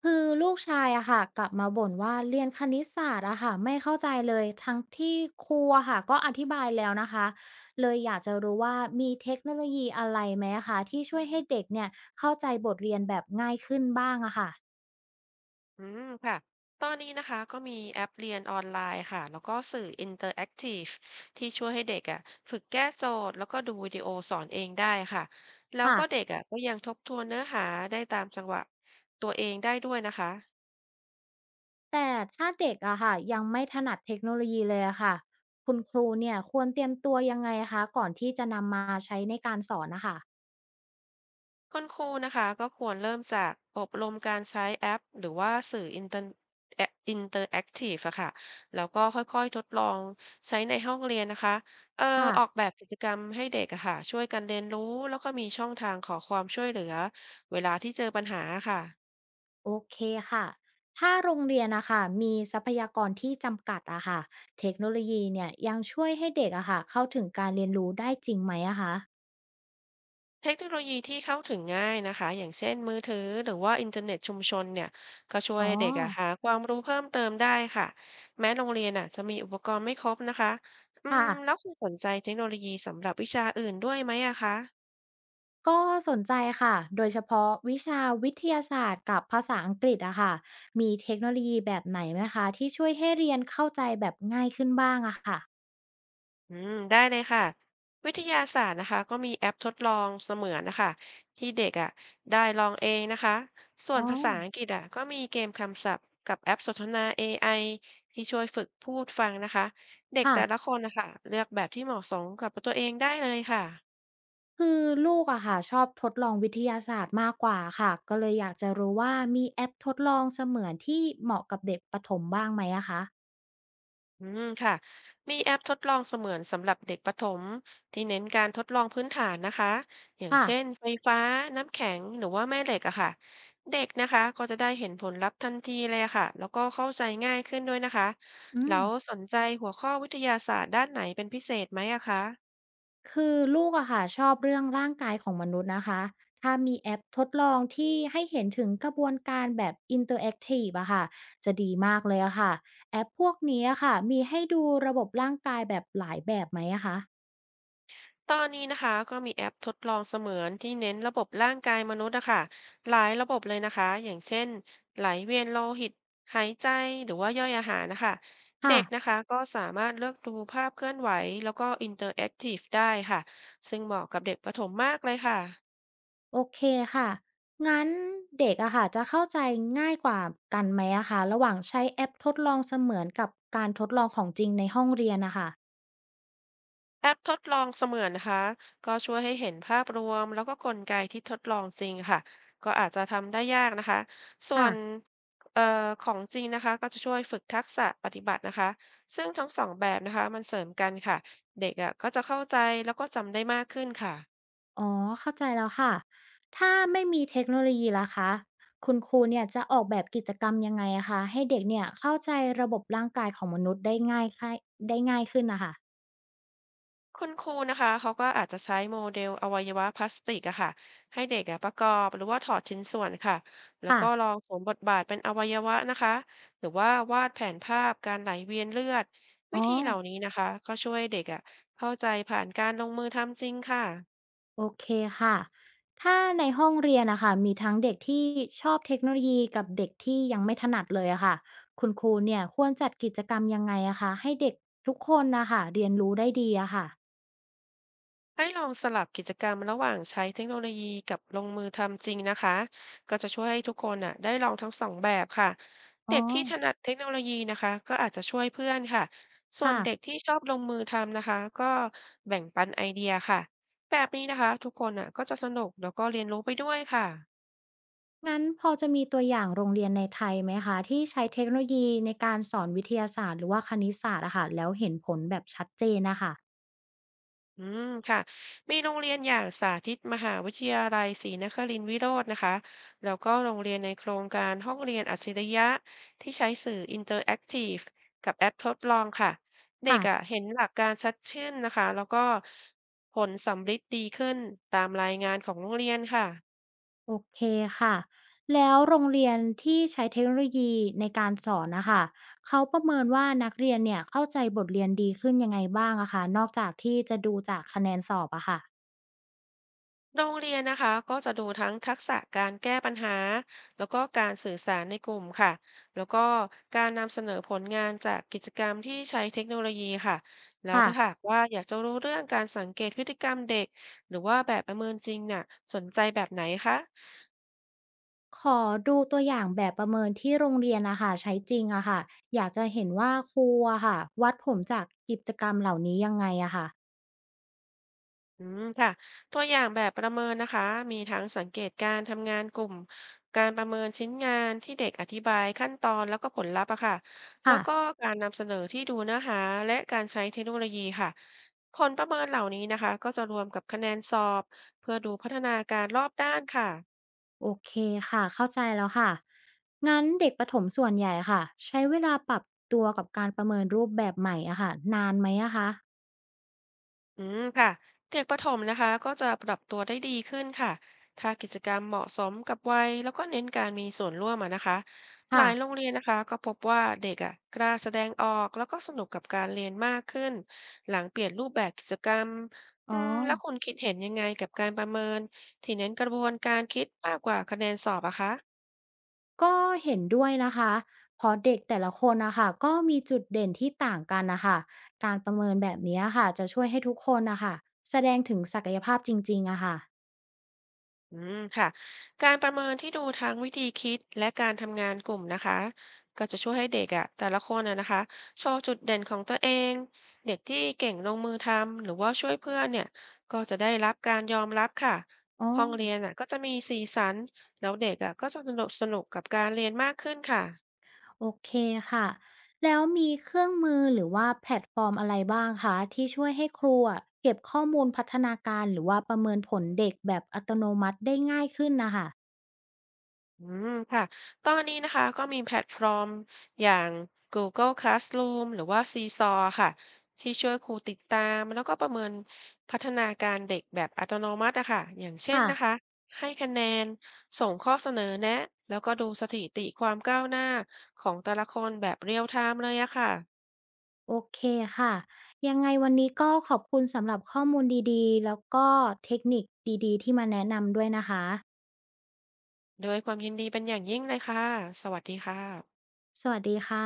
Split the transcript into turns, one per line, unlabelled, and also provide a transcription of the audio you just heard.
คือลูกชายอะค่ะกลับมาบ่นว่าเรียนคณิตศาสตร์อะค่ะไม่เข้าใจเลยทั้งที่ครูอะค่ะก็อธิบายแล้วนะคะเลยอยากจะรู้ว่ามีเทคโนโลยีอะไรไหมอะคะที่ช่วยให้เด็กเนี่ยเข้าใจบทเรียนแบบง่ายขึ้นบ้างอะค่ะ
อืมค่ะตอนนี้นะคะก็มีแอปเรียนออนไลน์ค่ะ แล้วก็สื่ออินเตอร์แอคทีฟที่ช่วยให้เด็กอ่ะฝึกแก้โจทย์แล้วก็ดูวิดีโอสอนเองได้ค่ะ แล้ว
ค่ะ
ก็เด็กอ่ะก็ยังทบทวนเนื้อหาได้ตามจังหวะตัวเองได้ด้วยนะคะ
แต่ถ้าเด็กอะค่ะยังไม่ถนัดเทคโนโลยีเลยอะค่ะคุณครูเนี่ยควรเตรียมตัวยังไงคะก่อนที่จะนำมาใช้ในการสอนนะคะ
คุณครูนะคะก็ควรเริ่มจากอบรมการใช้แอปหรือว่าสื่อแออินเตอร์แอคทีฟอะค่ะแล้วก็ค่อยๆทดลองใช้ในห้องเรียนนะคะเอ่อออก
ค่ะ
แบบกิจกรรมให้เด็กอะค่ะช่วยกันเรียนรู้แล้วก็มีช่องทางขอความช่วยเหลือเวลาที่เจอปัญหาค่ะ
โอเคค่ะถ้าโรงเรียนนะคะมีทรัพยากรที่จำกัดอะค่ะเทคโนโลยีเนี่ยยังช่วยให้เด็กอะค่ะเข้าถึงการเรียนรู้ได้จริงไหมอะคะ
เทคโนโลยีที่เข้าถึงง่ายนะคะอย่างเช่นมือถือหรือว่าอินเทอร์เน็ตชุมชนเนี่ยก็ช่วย
อ๋อ
ให้เด็กอะหาความรู้เพิ่มเติมได้ค่ะแม้โรงเรียนอะจะมีอุปกรณ์ไม่ครบนะคะอืมแล้
ค่ะ
วคุณสนใจเทคโนโลยีสำหรับวิชาอื่นด้วยไหมอะคะ
ก็สนใจค่ะโดยเฉพาะวิชาวิทยาศาสตร์กับภาษาอังกฤษอะค่ะมีเทคโนโลยีแบบไหนไหมคะที่ช่วยให้เรียนเข้าใจแบบง่ายขึ้นบ้างอะค่ะ
อืมได้เลยค่ะวิทยาศาสตร์นะคะก็มีแอปทดลองเสมือนนะคะที่เด็กอ่ะได้ลองเองนะคะส่ว
อ๋
น
อ
ภาษาอังกฤษอ่ะก็มีเกมคำศัพท์กับแอปสนทนา AI ที่ช่วยฝึกพูดฟังนะคะเด็ก
ค่ะ
แต่ละคนนะคะเลือกแบบที่เหมาะสมกับตัวเองได้เลยค่ะ
คือลูกอะค่ะชอบทดลองวิทยาศาสตร์มากกว่าค่ะก็เลยอยากจะรู้ว่ามีแอปทดลองเสมือนที่เหมาะกับเด็กประถมบ้างไหมอะคะ
อืมค่ะมีแอปทดลองเสมือนสำหรับเด็กประถมที่เน้นการทดลองพื้นฐานนะคะอย่าง
ค่ะ
เช่นไฟฟ้าน้ำแข็งหรือว่าแม่เหล็กอะค่ะเด็กนะคะก็จะได้เห็นผลลัพธ์ทันทีเลยอะค่ะแล้วก็เข้าใจง่ายขึ้นด้วยนะคะ
อื
แล้
ม
วสนใจหัวข้อวิทยาศาสตร์ด้านไหนเป็นพิเศษไหมอะคะ
คือลูกอะค่ะชอบเรื่องร่างกายของมนุษย์นะคะถ้ามีแอปทดลองที่ให้เห็นถึงกระบวนการแบบอินเตอร์แอคทีฟอะค่ะจะดีมากเลยอะค่ะแอปพวกนี้อะค่ะมีให้ดูระบบร่างกายแบบหลายแบบไหมอะคะ
ตอนนี้นะคะก็มีแอปทดลองเสมือนที่เน้นระบบร่างกายมนุษย์นะคะหลายระบบเลยนะคะอย่างเช่นไหลเวียนโลหิตหายใจหรือว่าย่อยอาหารนะคะ
ค่ะ
เด็กนะคะก็สามารถเลือกดูภาพเคลื่อนไหวแล้วก็อินเตอร์แอคทีฟได้ค่ะซึ่งเหมาะกับเด็กประถมมากเลยค่ะ
โอเคค่ะงั้นเด็กอะค่ะจะเข้าใจง่ายกว่ากันไหมอะคะระหว่างใช้แอปทดลองเสมือนกับการทดลองของจริงในห้องเรียนนะคะ
แอปทดลองเสมือนนะคะก็ช่วยให้เห็นภาพรวมแล้วก็กลไกที่ทดลองจริงค่ะก็อาจจะทำได้ยากนะคะส่ว
ค่ะ
นเอ่อของจริงนะคะก็จะช่วยฝึกทักษะปฏิบัตินะคะซึ่งทั้งสองแบบนะคะมันเสริมกันค่ะเด็กอ่ะก็จะเข้าใจแล้วก็จำได้มากขึ้นค่ะ
อ๋อเข้าใจแล้วค่ะถ้าไม่มีเทคโนโลยีล่ะคะคุณครูเนี่ยจะออกแบบกิจกรรมยังไงอะคะให้เด็กเนี่ยเข้าใจระบบร่างกายของมนุษย์ได้ง่ายขึ้นนะคะ
คุณครูนะคะเขาก็อาจจะใช้โมเดลอวัยวะพลาสติกอะค่ะให้เด็กอะประกอบหรือว่าถอดชิ้นส่วนค่ะแล้ว
ค่ะ
ก็ลองสวมบทบาทเป็นอวัยวะนะคะหรือว่าวาดแผนภาพการไหลเวียนเลือดวิ
อ๋อ
ธีเหล่านี้นะคะก็ช่วยเด็กอะเข้าใจผ่านการลงมือทำจริงค่ะ
โอเคค่ะถ้าในห้องเรียนนะคะมีทั้งเด็กที่ชอบเทคโนโลยีกับเด็กที่ยังไม่ถนัดเลยอะค่ะคุณครูเนี่ยควรจัดกิจกรรมยังไงอะคะให้เด็กทุกคนนะคะเรียนรู้ได้ดีอะค่ะ
ให้ลองสลับกิจกรรมระหว่างใช้เทคโนโลยีกับลงมือทำจริงนะคะก็จะช่วยให้ทุกคนอ่ะได้ลองทั้งสองแบบค่ะ
อ๋อ
เด็กที่ถนัดเทคโนโลยีนะคะก็อาจจะช่วยเพื่อนค่ะส่วนเด็ก
ค่ะ
ที่ชอบลงมือทำนะคะก็แบ่งปันไอเดียค่ะแบบนี้นะคะทุกคนอ่ะก็จะสนุกแล้วก็เรียนรู้ไปด้วยค่ะ
งั้นพอจะมีตัวอย่างโรงเรียนในไทยไหมคะที่ใช้เทคโนโลยีในการสอนวิทยาศาสตร์หรือว่าคณิตศาสตร์อะค่ะแล้วเห็นผลแบบชัดเจนนะคะ
อืมค่ะมีโรงเรียนอย่างสาธิตมหาวิทยาลัยศรีนครินทรวิโรจน์นะคะแล้วก็โรงเรียนในโครงการห้องเรียนอัจฉริยะที่ใช้สื่ออินเตอร์แอคทีฟกับแอปทดลองค่ะเด็กอ่ะ
ค่ะ
เห็นหลักการชัดขึ้นนะคะแล้วก็ผลสัมฤทธิ์ดีขึ้นตามรายงานของโรงเรียนค่ะ
โอเคค่ะแล้วโรงเรียนที่ใช้เทคโนโลยีในการสอนนะคะเขาประเมินว่านักเรียนเนี่ยเข้าใจบทเรียนดีขึ้นยังไงบ้างอะคะนอกจากที่จะดูจากคะแนนสอบอะค่ะ
โรงเรียนนะคะก็จะดูทั้งทักษะการแก้ปัญหาแล้วก็การสื่อสารในกลุ่มค่ะแล้วก็การนำเสนอผลงานจากกิจกรรมที่ใช้เทคโนโลยีค่ะแล้ว
ค่ะ
ถ้าหากว่าอยากจะรู้เรื่องการสังเกตพฤติกรรมเด็กหรือว่าแบบประเมินจริงน่ะสนใจแบบไหนคะ
ขอดูตัวอย่างแบบประเมินที่โรงเรียนนะคะใช้จริงอะค่ะอยากจะเห็นว่าครูอะค่ะวัดผลจากกิจกรรมเหล่านี้ยังไงอะค่ะ
อืมค่ะตัวอย่างแบบประเมินนะคะมีทั้งสังเกตการทำงานกลุ่มการประเมินชิ้นงานที่เด็กอธิบายขั้นตอนแล้วก็ผลลัพธ์อะค่ะแล้
ค่ะ
วก็การนำเสนอที่ดูเนื้อหาและการใช้เทคโนโลยีค่ะผลประเมินเหล่านี้นะคะก็จะรวมกับคะแนนสอบเพื่อดูพัฒนาการรอบด้านค่ะ
โอเคค่ะเข้าใจแล้วค่ะงั้นเด็กประถมส่วนใหญ่ค่ะใช้เวลาปรับตัวกับการประเมินรูปแบบใหม่อะค่ะนานไหมอะคะ
อืมค่ะเด็กประถมนะคะก็จะปรับตัวได้ดีขึ้นค่ะถ้ากิจกรรมเหมาะสมกับวัยแล้วก็เน้นการมีส่วนร่วมอะนะคะหลา
ค่ะ
ยโรงเรียนนะคะก็พบว่าเด็กอ่ะกล้าแสดงออกแล้วก็สนุกกับการเรียนมากขึ้นหลังเปลี่ยนรูปแบบกิจกรรม
อ๋
อื
อ
มแล้วคุณคิดเห็นยังไงกับการประเมินที่เน้นกระบวนการคิดมากกว่าคะแนนสอบอะคะ
ก็เห็นด้วยนะคะเพราะเด็กแต่ละคนนะคะก็มีจุดเด่นที่ต่างกันนะคะการประเมินแบบนี้ค่ะจะช่วยให้ทุกคนนะคะแสดงถึงศักยภาพจริงๆอะค่ะ
อืมค่ะการประเมินที่ดูทั้งวิธีคิดและการทำงานกลุ่มนะคะก็จะช่วยให้เด็กอ่ะแต่ละคนอ่ะนะคะโชว์จุดเด่นของตัวเองเด็กที่เก่งลงมือทำหรือว่าช่วยเพื่อนเนี่ยก็จะได้รับการยอมรับค่ะ
อ๋อ
ห้องเรียนอ่ะก็จะมีสีสันแล้วเด็กอ่ะก็จะสนุกกับการเรียนมากขึ้นค่ะ
โอเคค่ะ แล้วมีเครื่องมือหรือว่าแพลตฟอร์มอะไรบ้างคะที่ช่วยให้ครูอะเก็บข้อมูลพัฒนาการหรือว่าประเมินผลเด็กแบบอัตโนมัติได้ง่ายขึ้นนะคะ
อืมค่ะตอนนี้นะคะก็มีแพลตฟอร์มอย่าง Google Classroom หรือว่า Seesaw ค่ะที่ช่วยครูติดตามแล้วก็ประเมินพัฒนาการเด็กแบบอัตโนมัติอะค่ะอย่างเช่น
ค่ะ
นะคะให้คะแนนส่งข้อเสนอแนะแล้วก็ดูสถิติความก้าวหน้าของแต่ละคนแบบเรียลไทม์เลยอะค่ะ
โอเคค่ะ ยังไงวันนี้ก็ขอบคุณสำหรับข้อมูลดีๆ แล้วก็เทคนิคดีๆที่มาแนะนำด้วยนะคะ
โดวยความยินดีเป็นอย่างยิ่งเลยค่ะสวัสดีค่ะ
สวัสดีค่ะ